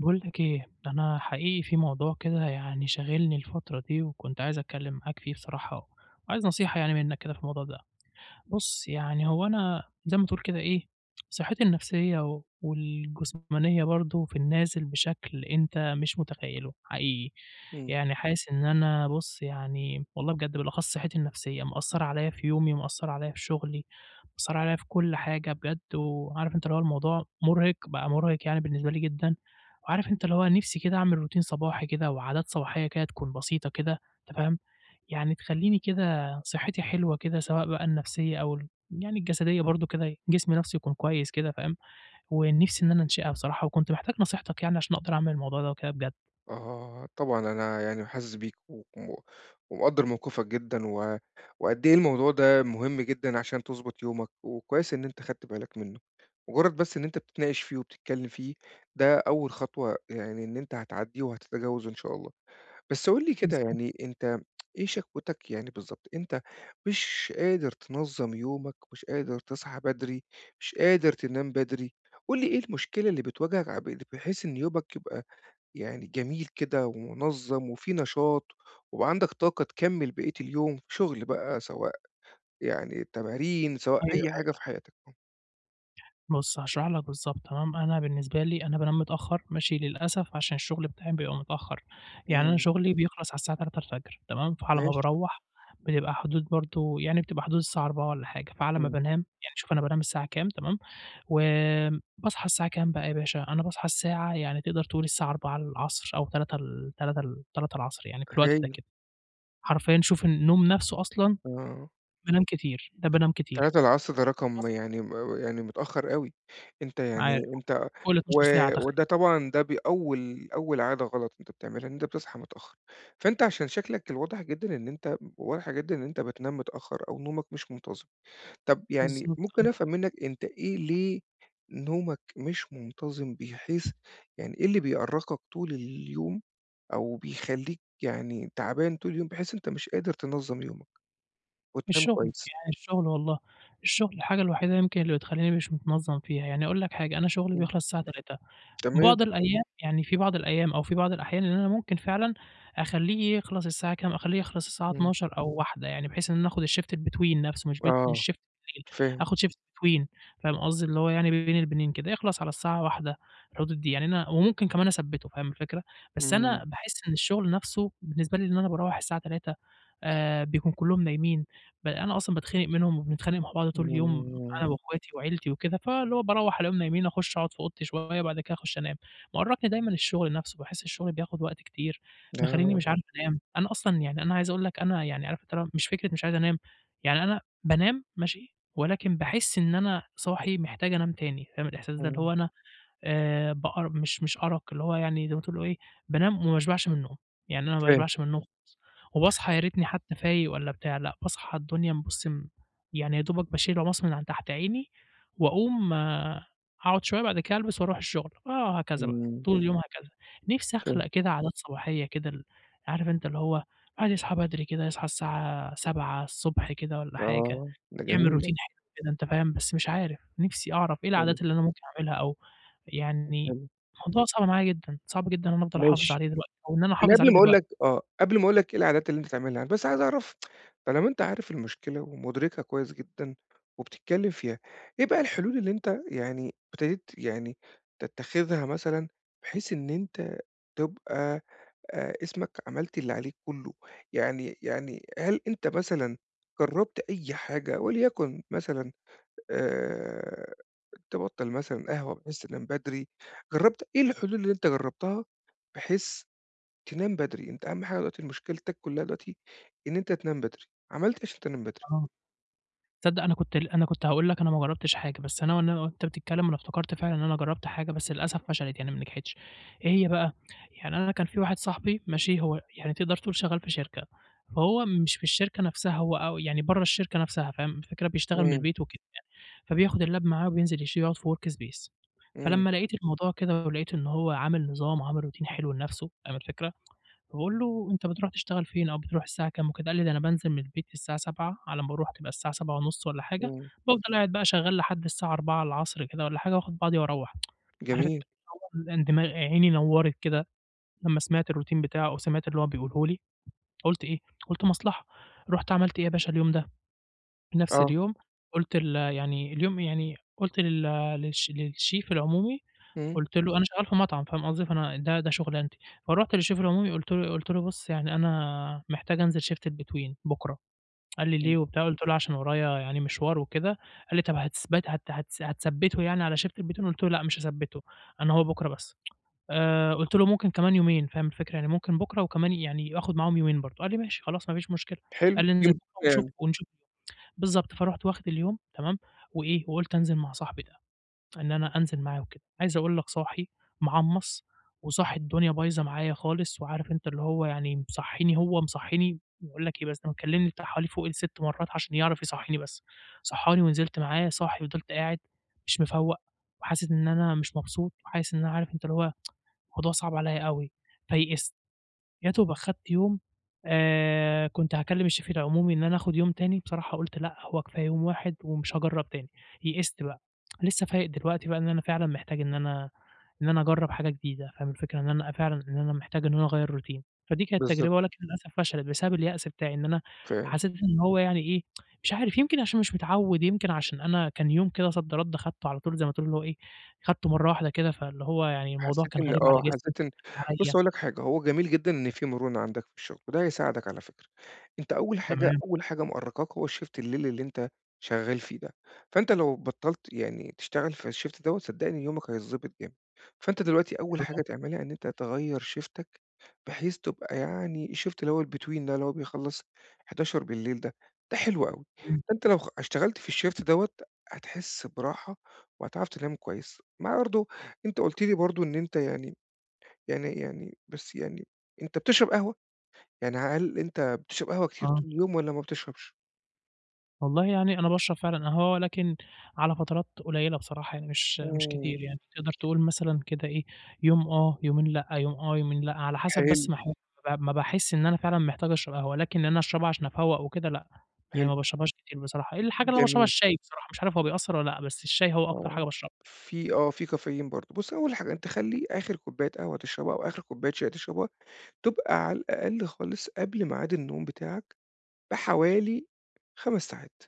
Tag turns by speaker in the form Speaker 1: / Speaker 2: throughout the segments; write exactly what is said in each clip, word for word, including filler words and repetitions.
Speaker 1: باقول لك إيه، أنا حقيقي في موضوع كده يعني شاغلني الفترة دي، وكنت عايز أتكلّم معاك فيه بصراحة، وعايز نصيحة يعني منّك كده في الموضوع ده. بُص، يعني هو أنا زي ما تقول كده إيه، صحّتي النفسية و والجسمانية برضه في النازل بشكل أنت مش متخيّله حقيقي،
Speaker 2: إمم.
Speaker 1: يعني حاسس إن أنا بُص يعني والله بجد بالأخص صحّتي النفسية مأثّرة عليّا في يومي، مأثّرة عليّا في شغلي، مأثّرة عليّا في كل حاجة بجد، وعارف أنت اللي هو الموضوع مُرهق، بقى مُرهق يعني بالنسبة لي جدًا، وعارف أنت اللي هو نِفْسي كده أعمل روتين صباحي كده وعادات صباحية كده تكون بسيطة كده، أنت فاهم، يعني تخلّيني كده صحتي حلوة كده سواء بقى النفسية أو ال يعني الجسدية برضه كده جسمي نفسه يكون كويس كده فاهم، ونِفسي إن أنا أنشِئها بصراحة وكنت محتاج نصيحتك يعني عشان أقدر أعمل الموضوع ده وكده بجد.
Speaker 2: آه، طبعًا أنا يعني حاسس بيك و و- ومقدّر موقفك جدًا و وقد إيه الموضوع ده مهم جدًا عشان تضبط يومك، وكويس إن أنت خدت بالك منه. مجرّد بس إن أنت بتتناقش فيه وبتتكلّم فيه، ده أول خطوة يعني إن أنت هتعدّيه وهتتجاوزه إن شاء الله. بس قُل لي كده
Speaker 1: بالضبط،
Speaker 2: يعني أنت إيه شكوتك يعني بالضبط؟ أنت مش قادر تنظّم يومك، مش قادر تصحى بدري، مش قادر تنام بدري، قُل لي إيه المشكلة اللي بتواجهك ع ب بحيث إن يومك يبقى يعني جميل كده ومنظّم وفي نشاط، ويبقى عندك طاقة تكمّل بقية اليوم شغل بقى سواء يعني تمارين، سواء
Speaker 1: أيوه،
Speaker 2: أي
Speaker 1: أيوه.
Speaker 2: حاجة في حياتك. آه.
Speaker 1: بُص هاشرح لك بالضبط تمام، أنا بالنسبة لي أنا بانام متأخّر ماشي، للأسف عشان الشغل بتاعي بيبقى متأخّر، يعني أنا
Speaker 2: إمم،
Speaker 1: شغلي بيخلص على الساعة الثالثة تمام، فعلى ما
Speaker 2: ماشي،
Speaker 1: باروّح بتبقى حدود برضه يعني بتبقى حدود الساعة الرابعة والّا حاجة، فعلى ما
Speaker 2: إمم.
Speaker 1: بانام يعني شوف أنا بانام الساعة كام تمام؟ وباصحى الساعة كام بقى يا باشا، أنا باصحى الساعة يعني تقدر تقول الساعة الرابعة أو الثالثة ل الثالثة ل الثالثة يعني في الوقت
Speaker 2: هايل،
Speaker 1: ده كده، حرفيًا شوف النوم نفسه أصلًا
Speaker 2: آه.
Speaker 1: بانام كتير، ده بانام كتير،
Speaker 2: تلاتة ده رقم
Speaker 1: باصحى
Speaker 2: يعني م يعني متأخّر أوي. أنت
Speaker 1: عارف
Speaker 2: يعني
Speaker 1: والله
Speaker 2: أنت
Speaker 1: فوق
Speaker 2: و
Speaker 1: الاتناشر ساعة تخيل،
Speaker 2: وده طبعًا ده بي أول أول عادة غلط أنت بتعملها، إن أنت بتصحى متأخّر. فأنت عشان شكلك الواضح جدًا إن أنت واضح جدًا إن أنت بتنام متأخّر أو نومك مش منتظم. طب يعني
Speaker 1: بالضبط
Speaker 2: ممكن
Speaker 1: آه،
Speaker 2: أفهم منّك أنت إيه ليه نومك مش منتظم بحيث يعني إيه اللي بيأرّقك طول اليوم أو بيخلّيك يعني تعبان طول اليوم بحيث أنت مش قادر تنظّم يومك وتنام
Speaker 1: الشغل
Speaker 2: كويس؟
Speaker 1: يعني الشغل والله، الشغل الحاجة الوحيدة يمكن اللي بتخلّيني مش متنظم فيها، يعني أقول لك حاجة أنا شغلي
Speaker 2: إمم.
Speaker 1: بيخلص الساعة الثالثة.
Speaker 2: تمام.
Speaker 1: بعض الأيام يعني في بعض الأيام أو في بعض الأحيان إن أنا ممكن فعلًا أخلّيه يخلص الساعة كام، أخلّيه يخلص الساعة
Speaker 2: إمم.
Speaker 1: الاتناشر أو الواحدة يعني بحيث إن أنا آخُد الShift الbetween نَفْسه مش بت
Speaker 2: آه،
Speaker 1: مش Shift بالليل،
Speaker 2: فاهم.
Speaker 1: آخُد Shift between فاهم قصدي؟ اللي هو يعني بين البينين كده، يخلص على الساعة الواحدة في الحدود دي، يعني أنا وممكن كمان أثبّته فاهم الفكرة؟ بس
Speaker 2: إمم.
Speaker 1: أنا باحس إن الشغل نَفْسه بالنسبة لي إن أنا باروّح الساعة الثالثة آآ بيكون كُلّهم نايمين، ب أنا أصلًا باتخنق منهم وبنتخانق مع بعض طول اليوم
Speaker 2: إمم.
Speaker 1: أنا وأخواتي وعيلتي وكده، فاللي هو باروّح ألاقيهم نايمين، أخُش أقعد في أوضتي شوية، بعد كده أخُش أنام. مأرّقني دايمًا الشغل نَفْسه، باحس الشغل بياخُد وقت كتير، مخلّيني
Speaker 2: آه.
Speaker 1: مش عارف أنام. أنا أصلًا يعني أنا عايز أقول لك أنا يعني عارف أنت اللي هو مش فكرة مش عايز أنام، يعني أنا بانام ماشي، ولكن باحس إن أنا صاحي محتاج أنام تاني، فاهم الإحساس ده؟ اللي
Speaker 2: إمم.
Speaker 1: هو أنا آآ بأر مش مش أرق، اللي هو يعني زي ما تقولوا إيه، بانام وما باشبعش من النوم، يعني أنا ما
Speaker 2: فاهم.
Speaker 1: باشبعش من النوم خالص، وباصحى يا ريتني حتى فايق والّا بتاع، لأ باصحى الدنيا م بُصّ م يعني يا دوبك باشيل العمص من عن تحت عيني، وأقوم آه، أقعد شوية بعد كده ألبس وأروح الشغل، آه هكذا بقى،
Speaker 2: إمم.
Speaker 1: طول اليوم هكذا. نفسي أخلق
Speaker 2: فاهم.
Speaker 1: كده عادات صباحية كده ال عارف أنت اللي هو الواحد يصحى بدري كده، يصحى الساعة سبعة كده والّا حاجة،
Speaker 2: آه، ده
Speaker 1: يعمل
Speaker 2: جميل ده.
Speaker 1: روتين حلو كده أنت فاهم، بس مش عارف، نفسي أعرف إيه
Speaker 2: حلو،
Speaker 1: العادات اللي أنا ممكن أعملها أو يعني
Speaker 2: حلو.
Speaker 1: موضوع صعب معايا جدًا، صعب جدًا إن أنا أفضل أحافظ
Speaker 2: ماشي.
Speaker 1: عليه دلوقتي أو إن أنا
Speaker 2: أنا
Speaker 1: أحافظ عليه
Speaker 2: قبل ما أقول
Speaker 1: دلوقتي.
Speaker 2: لك آه، قبل ما أقول لك إيه العادات اللي أنت تعملها، بس عايز أعرف طالما أنت عارف المشكلة ومُدركها كويس جدًا وبتتكلم فيها، إيه بقى الحلول اللي أنت يعني ابتديت يعني تتخذها مثلًا بحيث إن أنت تبقى آآ اسمك عملت اللي عليك كُلّه؟ يعني يعني هل أنت مثلًا جرّبت أي حاجة وليكن مثلًا آآ تبطّل مثلًا قهوة بحيث تنام بدري، جرّبت إيه الحلول اللي أنت جرّبتها بحيث تنام بدري، أنت أهم حاجة دلوقتي مشكلتك كلّها دلوقتي إن أنت تنام بدري، عملت إيه عشان تنام بدري؟
Speaker 1: آه، تصدّق أنا كنت ل أنا كنت هاقول لك أنا ما جرّبتش حاجة، بس أنا وأن وأنت بتتكلّم أنا افتكرت فعلًا إن أنا جرّبت حاجة بس للأسف فشلت يعني ما نجحتش، إيه هي بقى؟ يعني أنا كان في واحد صاحبي ماشي، هو يعني تقدر تقول شغّال في شركة، فهو مش في الشركة نَفْسها هو أو يعني برّه الشركة نَفْسها فاهم الفكرة، بيشتغل من
Speaker 2: إمم،
Speaker 1: البيت وكده يعني، فبياخُد اللاب معاه وبينزل يش يقعُد في work space.
Speaker 2: إمم،
Speaker 1: فلمّا لقيت الموضوع كده ولقيت إن هو عامل نظام وعامل روتين حلو لنَفْسه، فاهم الفكرة؟ باقول له: "أنت بتروح تشتغل فين أو بتروح الساعة كام وكده؟" قال لي: "ده أنا بانزل من البيت الساعة سبعة على ما باروح تبقى الساعة السابعة ونص والّا حاجة،
Speaker 2: إمم.
Speaker 1: بافضل قاعد بقى شغّال لحد الساعة أربعة كده والّا حاجة وآخُد بعضي وأروّح." عارف أنت
Speaker 2: جميل،
Speaker 1: اللي هو أنا دماغي عيني نوّرت كده لمّا سمعت الروتين بتاعه أو سمعت اللي هو بيقوله لي، قُلت إيه، قُلت مصلحة. رُحت عملت إيه يا باشا اليوم ده، في نفس
Speaker 2: آه،
Speaker 1: اليوم قُلت ال يعني اليوم يعني قُلت لل للش للchef العمومي
Speaker 2: إمم،
Speaker 1: قُلت له أنا شغّال في مطعم فاهم قصدي، فأنا ده ده شُغلانتي، فرُحت للشيف العمومي قُلت له قُلت له: "بُص يعني أنا محتاج أنزل shift الbetween بُكرة." قال لي: "ليه
Speaker 2: إمم.
Speaker 1: وبتاع؟" قُلت له: "عشان ورايا يعني مشوار وكده." قال لي: "طَب هتثبت هت هتث هتثبّته يعني على shift الbetween؟" قُلت له: "لأ مش هاثبّته، أنا هو بُكرة بس." آآ قُلت له: "ممكن كمان يومين." فاهم الفكرة، يعني ممكن بُكرة وكمان يعني آخُد معاهم يومين برضه. قال لي: "ماشي خلاص ما فيش مشكلة." قال
Speaker 2: حلو،
Speaker 1: لي:
Speaker 2: في
Speaker 1: "انزل بُكرة
Speaker 2: مشكلة
Speaker 1: ونشوف
Speaker 2: يعني،
Speaker 1: ونشوف." بالضبط، فرُحت واخد اليوم تمام، وإيه، وقُلت أنزل مع صاحبي ده. إن أنا أنزل معاه وكده. عايز أقول لك صاحي معَمّص، وصاحي الدنيا بايظة معايا خالص، وعارف أنت اللي هو يعني مصحّيني هو مصحّيني باقول لك إيه بس ده مكلمني بتاع حوالي فوق الستة مرات عشان يعرف يصحّيني بس. صحّاني ونزلت معاه، صاحي وفضلت قاعد مش مفوّق، وحاسس إن أنا مش مبسوط، وحاسس إن أنا عارف أنت اللي هو الموضوع صعب عليّا أوي، فيئست. يا دوب أخدت يوم آآ، كنت هاكلم الشيف العمومي إن أنا آخد يوم تاني، بصراحة قُلت لأ، هو كفاية يوم واحد ومش هاجرّب تاني، يئست بقى، لسه فايق دلوقتي بقى إن أنا فعلًا محتاج إن أنا إن أنا أجرّب حاجة جديدة، فاهم الفكرة؟ إن أنا فعلًا إن أنا محتاج إن أنا أغيّر روتين، فدي كانت تجربة
Speaker 2: بالضبط،
Speaker 1: ولكن للأسف فشلت بسبب اليأس بتاعي، إن أنا
Speaker 2: ف
Speaker 1: حسيت إن هو يعني إيه، مش عارف يمكن عشان مش متعوّد، يمكن عشان أنا كان يوم كده صد رَد خدته على طول زي ما تقول اللي هو إيه، خدته مرّة واحدة كده، فاللي هو يعني الموضوع
Speaker 2: حسيت
Speaker 1: كان
Speaker 2: إن
Speaker 1: غريب على
Speaker 2: آه،
Speaker 1: جسمي،
Speaker 2: حسيت إن
Speaker 1: غريب
Speaker 2: بُص هاقول
Speaker 1: عليّا.
Speaker 2: لك حاجة، هو جميل جدًا إن في مرونة عندك في الشغل، وده هيساعدك على فكرة. أنت أول حاجة
Speaker 1: تمام،
Speaker 2: أول حاجة مأرقاك هو الShift الليلي اللي أنت شغال فيه ده، فأنت لو بطّلت يعني تشتغل في الShift دوّة صدّقني يومك هيتضبط جامد. فأنت دلوقتي أول
Speaker 1: حلو
Speaker 2: حاجة تعملها إن أنت تغيّر شيفتك، بحيث تبقى يعني الShift اللي هو الBetween ده اللي هو بيخلّص الحداشر بالليل ده، ده حلو أوي.
Speaker 1: إمم،
Speaker 2: أنت لو خ اشتغلت في الShift دوّة هتحس براحة، وهتعرف تنام كويس. مع برضه أنت قُلت لي برضه إن أنت يعني يعني يعني بس يعني أنت بتشرب قهوة؟ يعني هل أنت بتشرب قهوة كتير
Speaker 1: آه،
Speaker 2: طول اليوم والّا ما بتشربش؟
Speaker 1: والله يعني أنا باشرب فعلًا قهوة ولكن على فترات قليلة بصراحة يعني مش مش كتير
Speaker 2: إمم،
Speaker 1: يعني، تقدر تقول مثلًا كده إيه، يوم آه، يومين لأ، يوم آه، يومين لأ، على حسب
Speaker 2: حلو،
Speaker 1: بس ما احو ما ب ما باحس إن أنا فعلًا محتاج أشرب قهوة، لكن إن أنا أشربها عشان أفوّق وكده لأ، يعني
Speaker 2: حلو،
Speaker 1: ما باشربهاش كتير بصراحة، الحاجة اللي أنا باشربها
Speaker 2: جميل،
Speaker 1: الشاي بصراحة، مش عارف هو بيأثّر والّا لأ، بس الشاي هو أكتر حاجة
Speaker 2: آه،
Speaker 1: باشربها.
Speaker 2: في آه، في كافيين برضه. بُص، أول حاجة أنت خلّي آخر كوباية قهوة تشربها أو آخر كوباية شاي تشربها تبقى على الأقل خالص قبل ميعاد النوم بتاعك بحوالي 5 ساعات.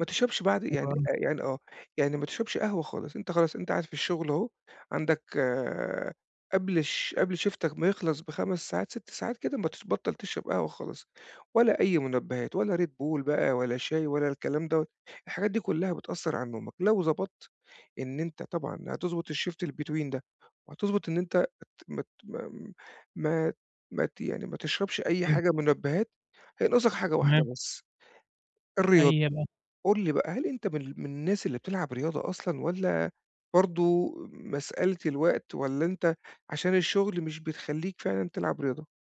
Speaker 2: ما تشربش بعد
Speaker 1: حلو
Speaker 2: يعني
Speaker 1: أوي،
Speaker 2: آآ يعني آه، يعني ما تشربش قهوة خالص، أنت خلاص أنت قاعد في الشغل أهو، عندك آه، قبل ش قبل شيفتك ما يخلص بخمس ساعات، 6 ساعات كده ما تش بطّل تشرب قهوة خالص، ولا أي منبهات ولا Red Bull بقى ولا شاي ولا الكلام دوّة، الحاجات دي كلّها بتأثّر على نومك، لو ضبطت إن أنت طبعًا هتضبط الShift الbetween ده، وهتضبط إن أنت ت ما ت ما ما ما ت يعني ما تشربش أي
Speaker 1: إمم،
Speaker 2: حاجة منبهات، هينقصك حاجة واحدة
Speaker 1: تمام،
Speaker 2: بس، الرياضة.
Speaker 1: أي هي بقى؟
Speaker 2: قُل لي بقى، هل أنت من ال من الناس اللي بتلعب رياضة أصلًا والّا برضه مسألة الوقت والّا أنت عشان الشغل مش بتخلّيك فعلًا تلعب رياضة؟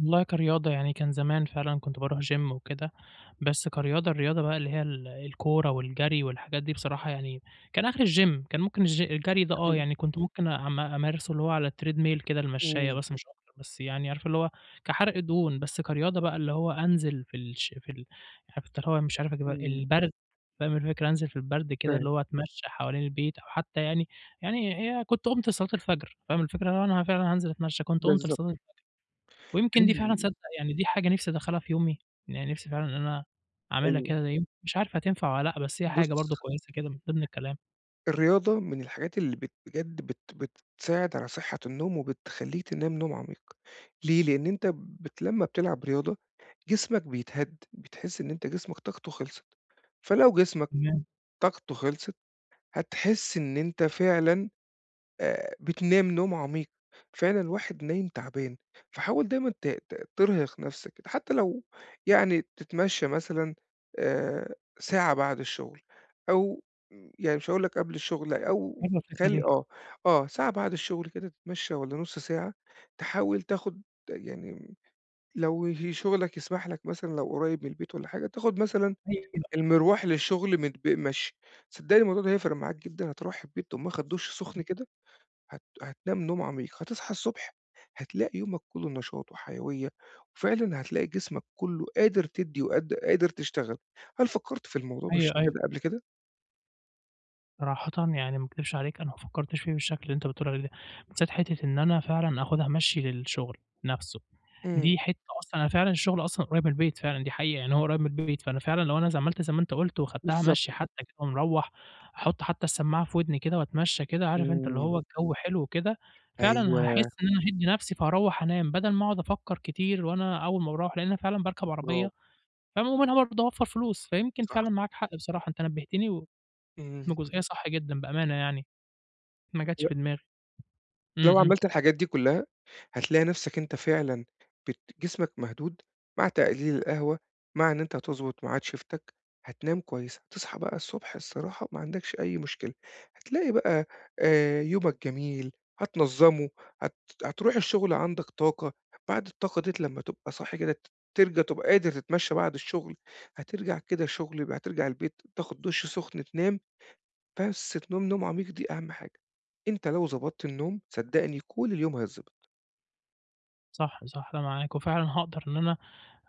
Speaker 1: والله كرياضة يعني كان زمان فعلًا كنت باروح gym وكده، بس كرياضة الرياضة بقى اللي هي ال الكورة والجري والحاجات دي بصراحة يعني كان آخري الgym، كان ممكن الج الجري ده آه،
Speaker 2: حلو،
Speaker 1: يعني كنت ممكن أم أمارسه اللي هو على الtreadmill كده المشّاية
Speaker 2: إمم،
Speaker 1: بس مش أكتر، بس يعني عارفة اللي هو كحرق دهون، بس كرياضة بقى اللي هو أنزل في الش في ال عارفة اللي هو مش عارف أجيبها
Speaker 2: إمم،
Speaker 1: البرد، فاهم الفكرة؟ أنزل في البرد كده اللي
Speaker 2: فاهم،
Speaker 1: هو أتمشى حوالين البيت أو حتى يعني يعني هي كنت قُمت لصلاة الفجر، فاهم الفكرة؟ لو أنا فعلًا هانزل أتمشى كنت قُمت
Speaker 2: بالضبط،
Speaker 1: لصلاة. ويمكن دي
Speaker 2: حلو،
Speaker 1: فعلًا تصدّق يعني دي حاجة نِفْسي أدخّلها في يومي، يعني نِفْسي فعلًا إن أنا أعملها
Speaker 2: أيوه.
Speaker 1: كده يم مش عارف هتنفع والّا لأ، بس هي حاجة
Speaker 2: بُص،
Speaker 1: برضه كويسة كده من ضمن الكلام.
Speaker 2: الرياضة من الحاجات اللي بت بجد بت بتساعد على صحة النوم وبتخلّيك تنام نوم عميق، ليه؟ لإن أنت بت لمّا بتلعب رياضة جسمك بيتهد، بتحس إن أنت جسمك طاقته خلصت، فلو جسمك
Speaker 1: تمام،
Speaker 2: طاقته خلصت هتحس إن أنت فعلًا آآ بتنام نوم عميق، فعلًا الواحد نايم تعبان، فحاول دايمًا ت ت ترهق نَفْسك كده، حتى لو يعني تتمشى مثلًا آآ ساعة بعد الشغل أو يعني مش هاقول لك قبل الشغل لأ، أو
Speaker 1: حلوة الفكرة
Speaker 2: خلّي
Speaker 1: دي.
Speaker 2: آه، آه، ساعة بعد الشغل كده تتمشى والّا نُص ساعة، تحاول تاخُد يعني لو ه شغلك يسمح لك مثلًا لو قريب من البيت والّا حاجة، تاخُد مثلًا
Speaker 1: أيوه، أيوه.
Speaker 2: المروح للشغل متب مشي، صدّقني الموضوع ده هيفرق معاك جدًا، هتروح البيت تقوم واخد دُش سُخن كده هت هتنام نوم عميق، هتصحى الصبح هتلاقي يومك كله نشاط وحيوية، وفعلًا هتلاقي جسمك كله قادر تدّي وقاد قادر تشتغل. هل فكّرت في الموضوع
Speaker 1: أيوه،
Speaker 2: بالشكل
Speaker 1: أيوه.
Speaker 2: ده قبل كده؟
Speaker 1: صراحةً يعني ما أكدبش عليك أنا ما فكّرتش فيه بالشكل اللي أنت بتقول عليه ده، بالذات حتّة إن أنا فعلًا آخُدها مَشي للشغل نَفْسه،
Speaker 2: إمم،
Speaker 1: دي حتّة أصلًا أنا فعلًا الشغل أصلًا قريّب من البيت فعلًا دي حقيقة، يعني هو قريّب من البيت، فأنا فعلًا لو أنا ز عملت زي ما أنت قُلت وخدتها مَشي
Speaker 2: بالضبط،
Speaker 1: حتى كده ومروّح أحُط حتى السماعة في ودني كده وأتمشّى كده عارف أنت اللي
Speaker 2: إمم،
Speaker 1: هو الجو حلو وكده، فعلًا
Speaker 2: أيوه
Speaker 1: هاحس إن أنا هادّي نَفْسي فهاروّح أنام بدل ما أقعد أفكّر كتير وأنا أول ما باروّح لإن أنا فعلًا باركب عربية،
Speaker 2: برافو،
Speaker 1: فاهم ومنها برضه هاوفّر فلوس، فيمكن
Speaker 2: صح،
Speaker 1: فعلًا معاك حق بصراحة أنت نبّهتني و إنه
Speaker 2: إمم.
Speaker 1: جزئية صح جدًا بأمانة يعني، ما جاتش في دماغي. إمم،
Speaker 2: لو
Speaker 1: إمم،
Speaker 2: عملت الحاجات دي كلها، هتلاقي نفْسك أنت فعلًا بت جسمك مهدود مع تقليل القهوة، مع إن أنت هتضبط ميعاد شيفتك، هتنام كويس، هتصحى بقى الصبح الصراحة ما عندكش أي مشكلة، هتلاقي بقى آآ، يومك جميل، هتنظّمه، هت هتروح الشغل عندك طاقة، بعد الطاقة ديّة لمّا تبقى صاحي كده ت ترجع تبقى قادر تتمشى بعد الشغل، هترجع كده شغل هترجع البيت تاخد دُش سخن تنام. بس النوم نوم عميق دي أهم حاجة، أنت لو ضبطت النوم صدّقني كل اليوم هيتضبط،
Speaker 1: صح، صح، أنا معاك، وفعلًا هاقدر إن أنا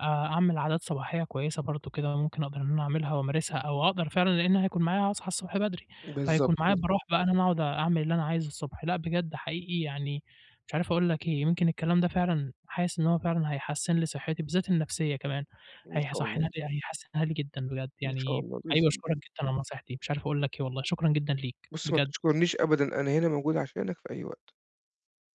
Speaker 1: آآ أعمل عادات صباحية كويسة برضه كده، ممكن أقدر إن أنا أعملها وأمارسها، أو أقدر فعلًا لإن هيكون معايا هاصحى الصبح بدري،
Speaker 2: بالضبط
Speaker 1: فهيكون معايا
Speaker 2: كده،
Speaker 1: براح بقى إن أنا أقعد أعمل اللي أنا عايزه الصبح. لأ بجد حقيقي يعني مش عارف أقول لك إيه، يمكن الكلام ده فعلًا حاسس إن هو فعلًا هيحسّن لي صحتي، بالذات النفسية كمان،
Speaker 2: إن شاء
Speaker 1: هيصحّنها
Speaker 2: الله،
Speaker 1: لي هيحسّنها لي جدًا بجد
Speaker 2: إن شاء
Speaker 1: يعني.
Speaker 2: الله
Speaker 1: حقيقي
Speaker 2: بإذن
Speaker 1: باشكرك
Speaker 2: الله،
Speaker 1: جدًا على النصايح دي، مش عارف أقول لك إيه والله، شكرًا جدًا ليك
Speaker 2: بُص ما
Speaker 1: بجد.
Speaker 2: تشكرنيش أبدًا أنا هنا موجود عشانك في أي وقت.